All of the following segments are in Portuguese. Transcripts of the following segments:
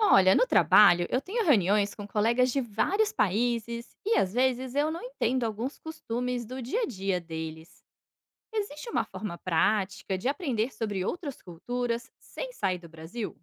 Olha, no trabalho, eu tenho reuniões com colegas de vários países e às vezes eu não entendo alguns costumes do dia a dia deles. Existe uma forma prática de aprender sobre outras culturas sem sair do Brasil?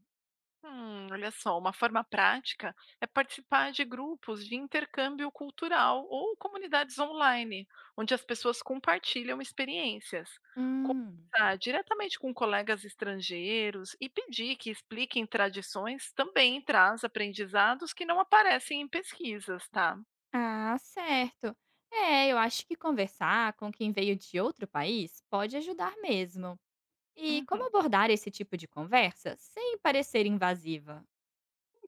Olha só, uma forma prática é participar de grupos de intercâmbio cultural ou comunidades online, onde as pessoas compartilham experiências. Hum. Conversar diretamente com colegas estrangeiros e pedir que expliquem tradições também traz aprendizados que não aparecem em pesquisas, tá? Ah, certo. É, eu acho que conversar com quem veio de outro país pode ajudar mesmo. E como Uhum. abordar esse tipo de conversa sem parecer invasiva?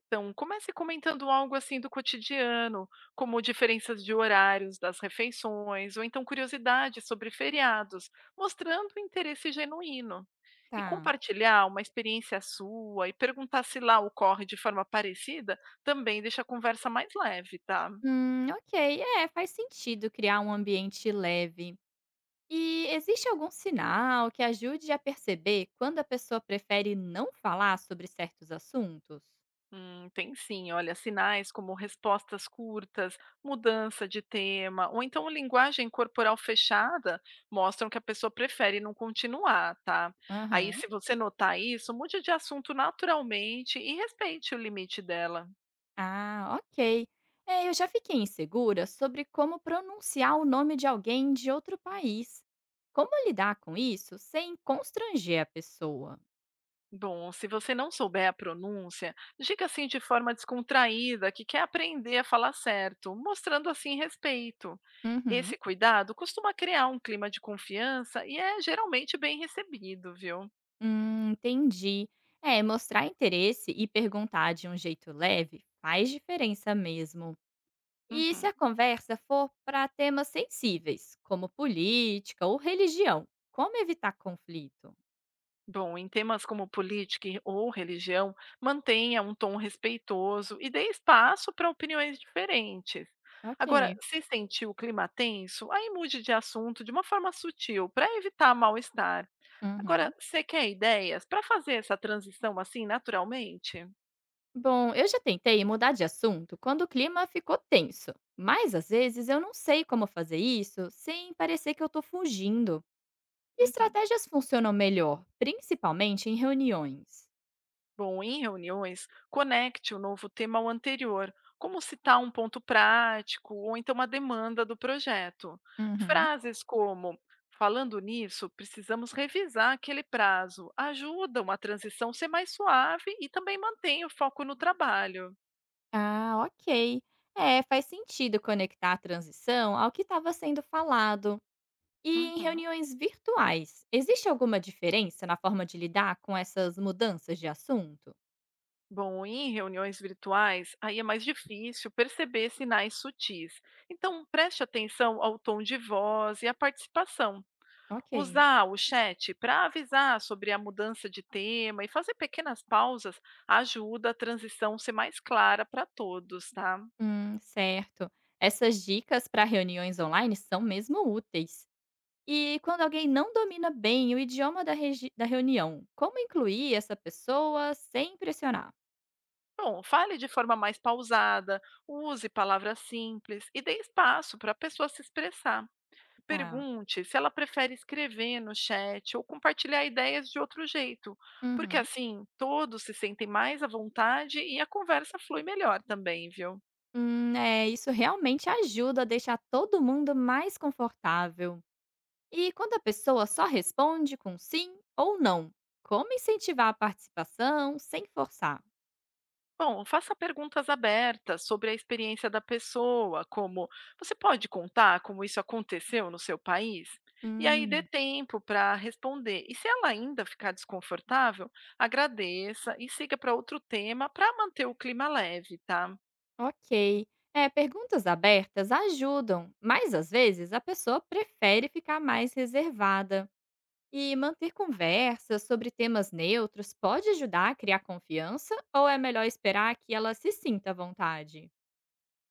Então, comece comentando algo assim do cotidiano, como diferenças de horários das refeições, ou então curiosidades sobre feriados, mostrando um interesse genuíno. E Tá. compartilhar uma experiência sua e perguntar se lá ocorre de forma parecida também deixa a conversa mais leve, tá? Ok. É, faz sentido criar um ambiente leve. E existe algum sinal que ajude a perceber quando a pessoa prefere não falar sobre certos assuntos? Tem sim, olha, sinais como respostas curtas, mudança de tema, ou então linguagem corporal fechada mostram que a pessoa prefere não continuar, tá? Aí, Aham. se você notar isso, mude de assunto naturalmente e respeite o limite dela. Ah, ok. É, eu já fiquei insegura sobre como pronunciar o nome de alguém de outro país. Como lidar com isso sem constranger a pessoa? Bom, se você não souber a pronúncia, diga assim de forma descontraída que quer aprender a falar certo, mostrando assim respeito. Uhum. Esse cuidado costuma criar um clima de confiança e é geralmente bem recebido, viu? Entendi. É, mostrar interesse e perguntar de um jeito leve faz diferença mesmo. E se Uhum. a conversa for para temas sensíveis, como política ou religião, como evitar conflito? Bom, em temas como ou religião, mantenha um tom respeitoso e dê espaço para opiniões diferentes. Agora, Ok. se sentir o clima tenso, aí mude de assunto de uma forma sutil para evitar mal-estar. Agora, Uhum. você quer ideias para fazer essa transição assim naturalmente? Bom, eu já tentei mudar de assunto quando o clima ficou tenso, mas às vezes eu não sei como fazer isso sem parecer que eu estou fugindo. Que Uhum. estratégias funcionam melhor, principalmente em reuniões? Bom, em reuniões, conecte o novo tema ao anterior, como citar um ponto prático ou então uma demanda do projeto. Uhum. Frases como "Falando nisso, precisamos revisar aquele prazo." ajudam a transição ser mais suave e também mantém o foco no trabalho. Ah, ok. É, faz sentido conectar a transição ao que estava sendo falado. E em Uhum. reuniões virtuais, existe alguma diferença na forma de lidar com essas mudanças de assunto? Bom, em reuniões virtuais, aí é mais difícil perceber sinais sutis. Então, preste atenção ao tom de voz e à participação. Ok. Usar o chat para avisar sobre a mudança de tema e fazer pequenas pausas ajuda a transição ser mais clara para todos, tá? Certo. Essas dicas para reuniões online são mesmo úteis. E quando alguém não domina bem o idioma da reunião, como incluir essa pessoa sem pressionar? Bom, fale de forma mais pausada, use palavras simples e dê espaço para a pessoa se expressar. Tá. Pergunte se ela prefere escrever no chat ou compartilhar ideias de outro jeito, porque Uhum. assim todos se sentem mais à vontade e a conversa flui melhor também, viu? É, isso realmente ajuda a deixar todo mundo mais confortável. E quando a pessoa só responde com sim ou não? Como incentivar a participação sem forçar? Bom, faça perguntas abertas sobre a experiência da pessoa, como "você pode contar como isso aconteceu no seu país?" E aí dê Hum, tempo para responder. E se ela ainda ficar desconfortável, agradeça e siga para outro tema para manter o clima leve, tá? ok. É, perguntas abertas ajudam, mas às vezes a pessoa prefere ficar mais reservada. E manter conversas sobre temas neutros pode ajudar a criar confiança ou é melhor esperar que ela se sinta à vontade?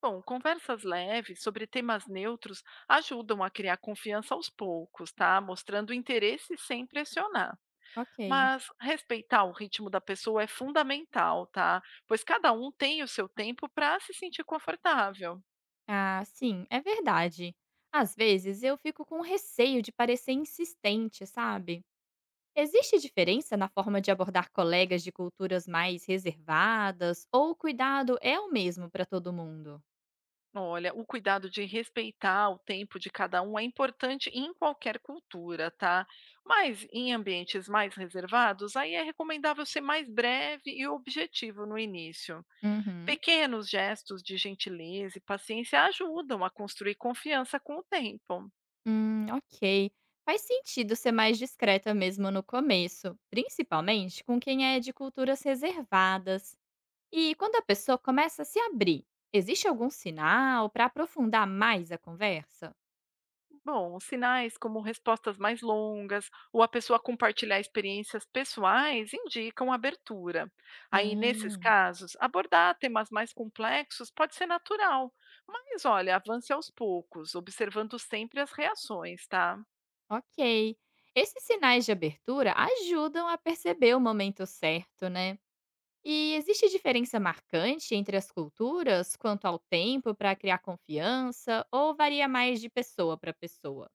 Bom, conversas leves sobre temas neutros ajudam a criar confiança aos poucos, tá? Mostrando interesse sem pressionar. Ok. Mas respeitar o ritmo da pessoa é fundamental, tá? Pois cada um tem o seu tempo para se sentir confortável. Ah, sim, é verdade. Às vezes eu fico com receio de parecer insistente, sabe? Existe diferença na forma de abordar colegas de culturas mais reservadas ou o cuidado é o mesmo para todo mundo? Olha, o cuidado de respeitar o tempo de cada um é importante em qualquer cultura, tá? Mas em ambientes mais reservados, aí é recomendável ser mais breve e objetivo no início. Uhum. Pequenos gestos de gentileza e paciência ajudam a construir confiança com o tempo. Ok. Faz sentido ser mais discreta mesmo no começo, principalmente com quem é de culturas reservadas. E quando a pessoa começa a se abrir, existe algum sinal para aprofundar mais a conversa? Bom, sinais como respostas mais longas ou a pessoa compartilhar experiências pessoais indicam abertura. Aí, nesses Ah, casos, abordar temas mais complexos pode ser natural, mas olha, avance aos poucos, observando sempre as reações, tá? ok. Esses sinais de abertura ajudam a perceber o momento certo, né? E existe diferença marcante entre as culturas quanto ao tempo para criar confiança ou varia mais de pessoa para pessoa?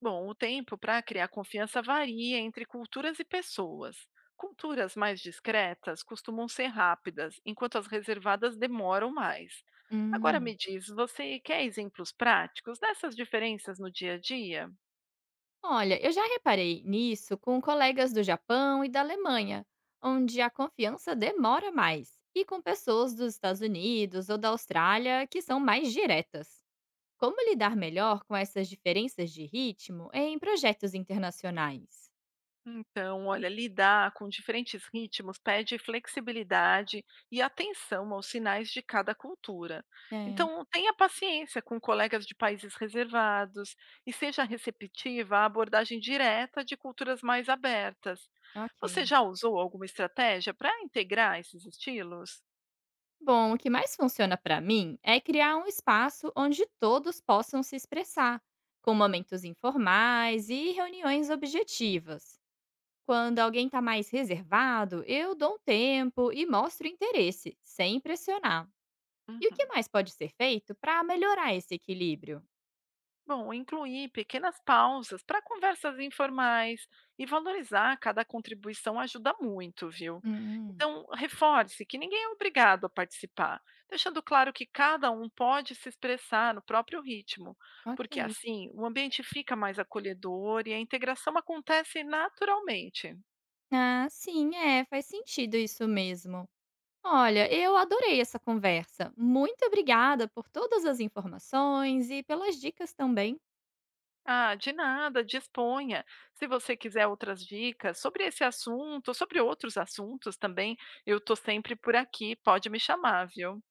Bom, o tempo para criar confiança varia entre culturas e pessoas. Culturas mais discretas costumam ser rápidas, enquanto as reservadas demoram mais. Agora me Hum. diz, você quer exemplos práticos dessas diferenças no dia a dia? Olha, eu já reparei nisso com colegas do Japão e da Alemanha, onde a confiança demora mais, e com pessoas dos Estados Unidos ou da Austrália que são mais diretas. Como lidar melhor com essas diferenças de ritmo em projetos internacionais? Então, olha, lidar com diferentes ritmos pede flexibilidade e atenção aos sinais de cada cultura. É. Então, tenha paciência com colegas de países reservados e seja receptiva à abordagem direta de culturas mais abertas. Você Ok. já usou alguma estratégia para integrar esses estilos? Bom, o que mais funciona para mim é criar um espaço onde todos possam se expressar, com momentos informais e reuniões objetivas. Quando alguém está mais reservado, eu dou um tempo e mostro interesse, sem pressionar. E o que Uhum. mais pode ser feito para melhorar esse equilíbrio? Bom, incluir pequenas pausas para conversas informais e valorizar cada contribuição ajuda muito, viu? Hum, Então, reforce que ninguém é obrigado a participar, deixando claro que cada um pode se expressar no próprio ritmo, porque ok. assim o ambiente fica mais acolhedor e a integração acontece naturalmente. Ah, sim, é, faz sentido isso mesmo. Olha, eu adorei essa conversa. Muito obrigada por todas as informações e pelas dicas também. Ah, de nada, disponha. Se você quiser outras dicas sobre esse assunto, sobre outros assuntos também, eu estou sempre por aqui, pode me chamar, viu?